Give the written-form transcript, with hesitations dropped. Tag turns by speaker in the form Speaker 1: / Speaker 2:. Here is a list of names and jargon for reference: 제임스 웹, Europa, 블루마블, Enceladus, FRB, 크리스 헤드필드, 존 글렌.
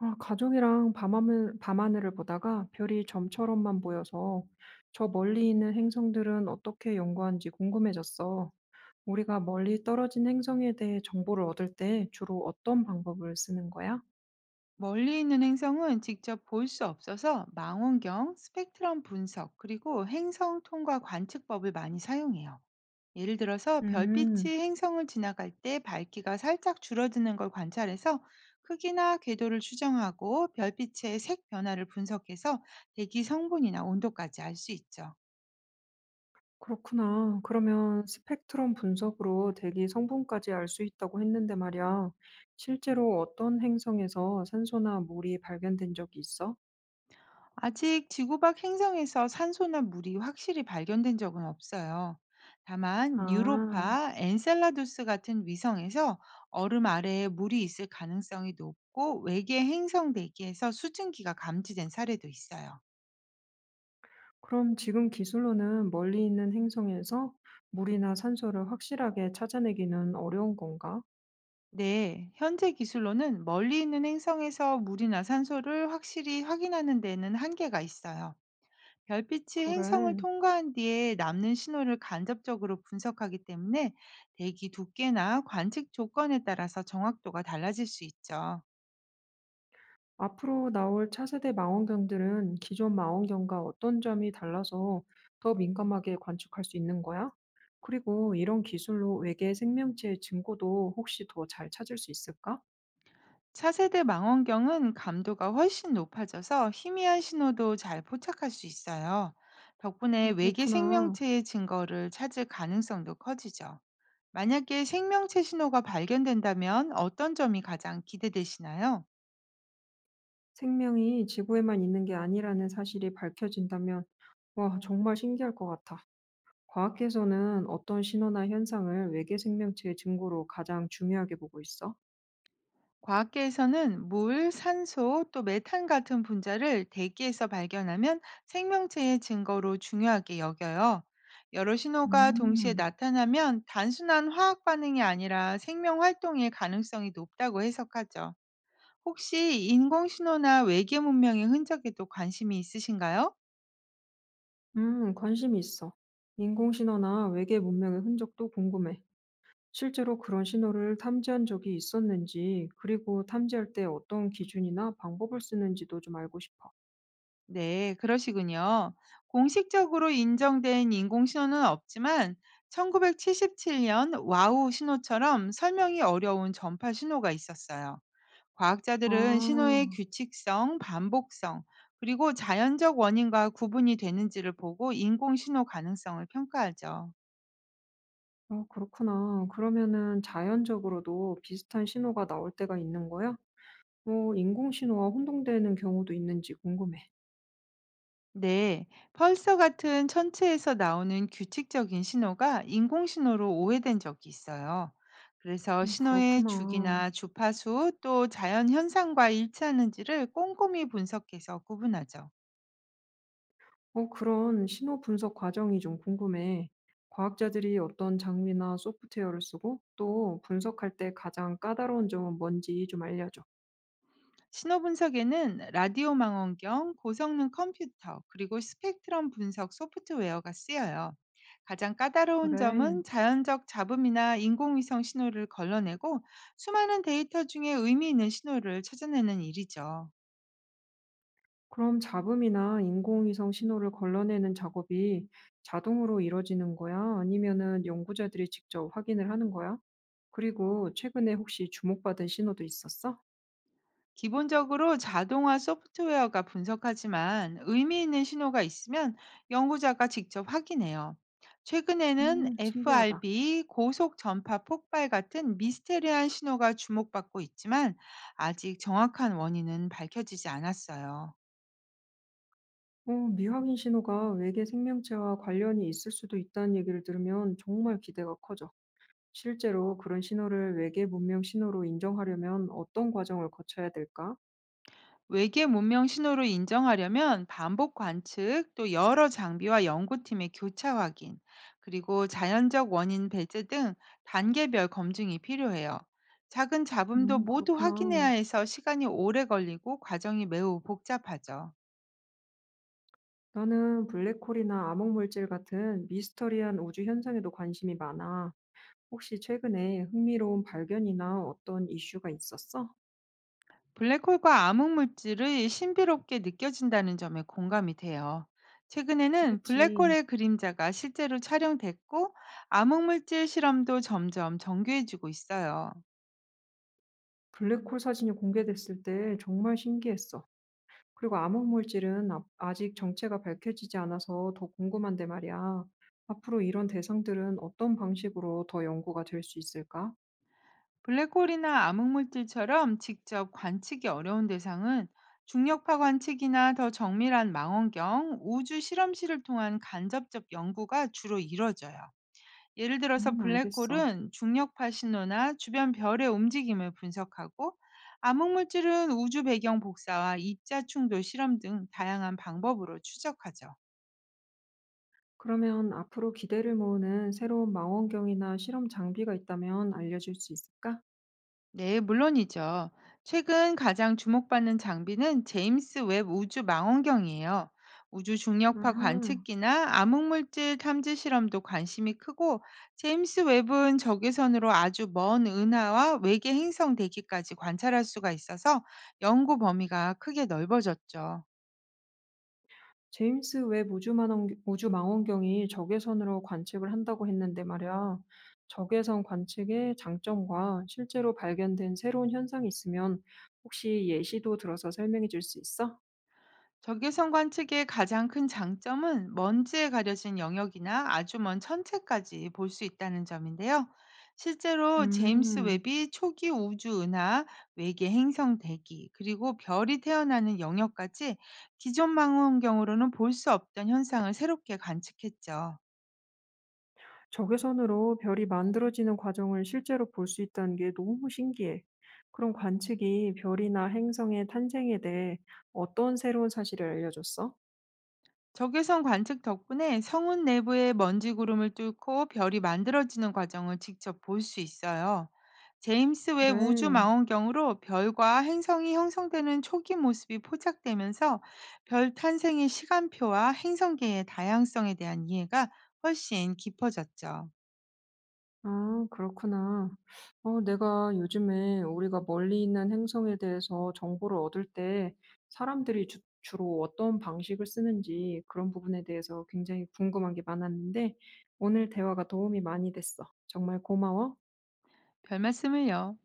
Speaker 1: 아, 가족이랑 밤하늘을 보다가 별이 점처럼만 보여서 저 멀리 있는 행성들은 어떻게 연구하는지 궁금해졌어. 우리가 멀리 떨어진 행성에 대해 정보를 얻을 때 주로 어떤 방법을 쓰는 거야?
Speaker 2: 멀리 있는 행성은 직접 볼 수 없어서 망원경, 스펙트럼 분석, 그리고 행성 통과 관측법을 많이 사용해요. 예를 들어서
Speaker 1: 음,
Speaker 2: 별빛이 행성을 지나갈 때 밝기가 살짝 줄어드는 걸 관찰해서 크기나 궤도를 추정하고 별빛의 색 변화를 분석해서 대기 성분이나 온도까지 알 수 있죠.
Speaker 1: 그렇구나. 그러면 스펙트럼 분석으로 대기 성분까지 알 수 있다고 했는데 말이야. 실제로 어떤 행성에서 산소나 물이 발견된 적이 있어?
Speaker 2: 아직 지구 밖 행성에서 산소나 물이 확실히 발견된 적은 없어요. 다만
Speaker 1: 아.
Speaker 2: 유로파, 엔셀라두스 같은 위성에서 얼음 아래에 물이 있을 가능성이 높고 외계 행성 대기에서 수증기가 감지된 사례도 있어요.
Speaker 1: 그럼 지금 기술로는 멀리 있는 행성에서 물이나 산소를 확실하게 찾아내기는 어려운 건가?
Speaker 2: 네, 현재 기술로는 멀리 있는 행성에서 물이나 산소를 확실히 확인하는 데는 한계가 있어요. 별빛이 행성을
Speaker 1: 그래.
Speaker 2: 통과한 뒤에 남는 신호를 간접적으로 분석하기 때문에 대기 두께나 관측 조건에 따라서 정확도가 달라질 수 있죠.
Speaker 1: 앞으로 나올 차세대 망원경들은 기존 망원경과 어떤 점이 달라서 더 민감하게 관측할 수 있는 거야? 그리고 이런 기술로 외계 생명체의 증거도 혹시 더 잘 찾을 수 있을까?
Speaker 2: 차세대 망원경은 감도가 훨씬 높아져서 희미한 신호도 잘 포착할 수 있어요. 덕분에 외계
Speaker 1: 그렇구나.
Speaker 2: 생명체의 증거를 찾을 가능성도 커지죠. 만약에 생명체 신호가 발견된다면 어떤 점이 가장 기대되시나요?
Speaker 1: 생명이 지구에만 있는 게 아니라는 사실이 밝혀진다면, 와, 정말 신기할 것 같아. 과학계에서는 어떤 신호나 현상을 외계 생명체의 증거로 가장 중요하게 보고 있어?
Speaker 2: 과학계에서는 물, 산소, 또 메탄 같은 분자를 대기에서 발견하면 생명체의 증거로 중요하게 여겨요. 여러 신호가 동시에
Speaker 1: 음,
Speaker 2: 나타나면 단순한 화학 반응이 아니라 생명 활동의 가능성이 높다고 해석하죠. 혹시 인공 신호나 외계 문명의 흔적에도 관심이 있으신가요?
Speaker 1: 관심이 있어. 인공신호나 외계 문명의 흔적도 궁금해. 실제로 그런 신호를 탐지한 적이 있었는지, 그리고 탐지할 때 어떤 기준이나 방법을 쓰는지도 좀 알고 싶어.
Speaker 2: 네, 그러시군요. 공식적으로 인정된 인공신호는 없지만 1977년 와우 신호처럼 설명이 어려운 전파 신호가 있었어요. 과학자들은 신호의
Speaker 1: 아,
Speaker 2: 규칙성, 반복성, 그리고 자연적 원인과 구분이 되는지를 보고 인공신호 가능성을 평가하죠.
Speaker 1: 어, 그렇구나. 그러면은 자연적으로도 비슷한 신호가 나올 때가 있는 거야? 뭐, 인공신호와 혼동되는 경우도 있는지 궁금해.
Speaker 2: 네, 펄서 같은 천체에서 나오는 규칙적인 신호가 인공신호로 오해된 적이 있어요. 그래서 신호의
Speaker 1: 그렇구나.
Speaker 2: 주기나 주파수 또 자연 현상과 일치하는지를 꼼꼼히 분석해서 구분하죠.
Speaker 1: 어, 그런 신호 분석 과정이 좀 궁금해. 과학자들이 어떤 장비나 소프트웨어를 쓰고 또 분석할 때 가장 까다로운 점은 뭔지 좀 알려줘.
Speaker 2: 신호 분석에는 라디오 망원경, 고성능 컴퓨터, 그리고 스펙트럼 분석 소프트웨어가 쓰여요. 가장 까다로운
Speaker 1: 그래.
Speaker 2: 점은 자연적 잡음이나 인공위성 신호를 걸러내고 수많은 데이터 중에 의미 있는 신호를 찾아내는 일이죠.
Speaker 1: 그럼 잡음이나 인공위성 신호를 걸러내는 작업이 자동으로 이루어지는 거야? 아니면은 연구자들이 직접 확인을 하는 거야? 그리고 최근에 혹시 주목받은 신호도 있었어?
Speaker 2: 기본적으로 자동화 소프트웨어가 분석하지만 의미 있는 신호가 있으면 연구자가 직접 확인해요. 최근에는
Speaker 1: 신기하다.
Speaker 2: FRB, 고속 전파 폭발 같은 미스테리한 신호가 주목받고 있지만 아직 정확한 원인은 밝혀지지 않았어요.
Speaker 1: 어, 미확인 신호가 외계 생명체와 관련이 있을 수도 있다는 얘기를 들으면 정말 기대가 커져. 실제로 그런 신호를 외계 문명 신호로 인정하려면 어떤 과정을 거쳐야 될까?
Speaker 2: 외계 문명 신호를 인정하려면 반복 관측, 또 여러 장비와 연구팀의 교차 확인, 그리고 자연적 원인 배제 등 단계별 검증이 필요해요. 작은 잡음도 모두 확인해야
Speaker 1: 그렇구나.
Speaker 2: 해서 시간이 오래 걸리고 과정이 매우 복잡하죠.
Speaker 1: 나는 블랙홀이나 암흑물질 같은 미스터리한 우주 현상에도 관심이 많아. 혹시 최근에 흥미로운 발견이나 어떤 이슈가 있었어?
Speaker 2: 블랙홀과 암흑물질을 신비롭게 느껴진다는 점에 공감이 돼요. 최근에는
Speaker 1: 그치.
Speaker 2: 블랙홀의 그림자가 실제로 촬영됐고 암흑물질 실험도 점점 정교해지고 있어요.
Speaker 1: 블랙홀 사진이 공개됐을 때 정말 신기했어. 그리고 암흑물질은 아직 정체가 밝혀지지 않아서 더 궁금한데 말이야. 앞으로 이런 대상들은 어떤 방식으로 더 연구가 될 수 있을까?
Speaker 2: 블랙홀이나 암흑물질처럼 직접 관측이 어려운 대상은 중력파 관측이나 더 정밀한 망원경, 우주 실험실을 통한 간접적 연구가 주로 이뤄져요. 예를 들어서
Speaker 1: 알겠어.
Speaker 2: 블랙홀은 중력파 신호나 주변 별의 움직임을 분석하고 암흑물질은 우주 배경 복사와 입자 충돌 실험 등 다양한 방법으로 추적하죠.
Speaker 1: 그러면 앞으로 기대를 모으는 새로운 망원경이나 실험 장비가 있다면 알려줄 수 있을까?
Speaker 2: 네, 물론이죠. 최근 가장 주목받는 장비는 제임스 웹 우주 망원경이에요. 우주 중력파
Speaker 1: 아하,
Speaker 2: 관측기나 암흑물질 탐지 실험도 관심이 크고, 제임스 웹은 적외선으로 아주 먼 은하와 외계 행성 대기까지 관찰할 수가 있어서 연구 범위가 크게 넓어졌죠.
Speaker 1: 제임스 웹 우주 망원경이 적외선으로 관측을 한다고 했는데 말이야. 적외선 관측의 장점과 실제로 발견된 새로운 현상이 있으면 혹시 예시도 들어서 설명해 줄 수 있어?
Speaker 2: 적외선관 측의 가장 큰 장점은 먼지에 가려진 영역이나 아주 먼 천체까지 볼 수 있다는 점인데요. 실제로 제임스
Speaker 1: 음.
Speaker 2: 웹이 초기 우주 은하, 외계 행성 대기, 그리고 별이 태어나는 영역까지 기존 망원경으로는 볼 수 없던 현상을 새롭게 관측했죠.
Speaker 1: 적외선으로 별이 만들어지는 과정을 실제로 볼 수 있다는 게 너무 신기해. 그런 관측이 별이나 행성의 탄생에 대해 어떤 새로운 사실을 알려줬어?
Speaker 2: 적외선 관측 덕분에 성운 내부의 먼지 구름을 뚫고 별이 만들어지는 과정을 직접 볼 수 있어요. 제임스 웹 우주
Speaker 1: 그래.
Speaker 2: 망원경으로 별과 행성이 형성되는 초기 모습이 포착되면서 별 탄생의 시간표와 행성계의 다양성에 대한 이해가 훨씬 깊어졌죠.
Speaker 1: 아, 그렇구나. 어, 내가 요즘에 우리가 멀리 있는 행성에 대해서 정보를 얻을 때 사람들이 주로 어떤 방식을 쓰는지 그런 부분에 대해서 굉장히 궁금한 게 많았는데 오늘 대화가 도움이 많이 됐어. 정말 고마워.
Speaker 2: 별 말씀을요.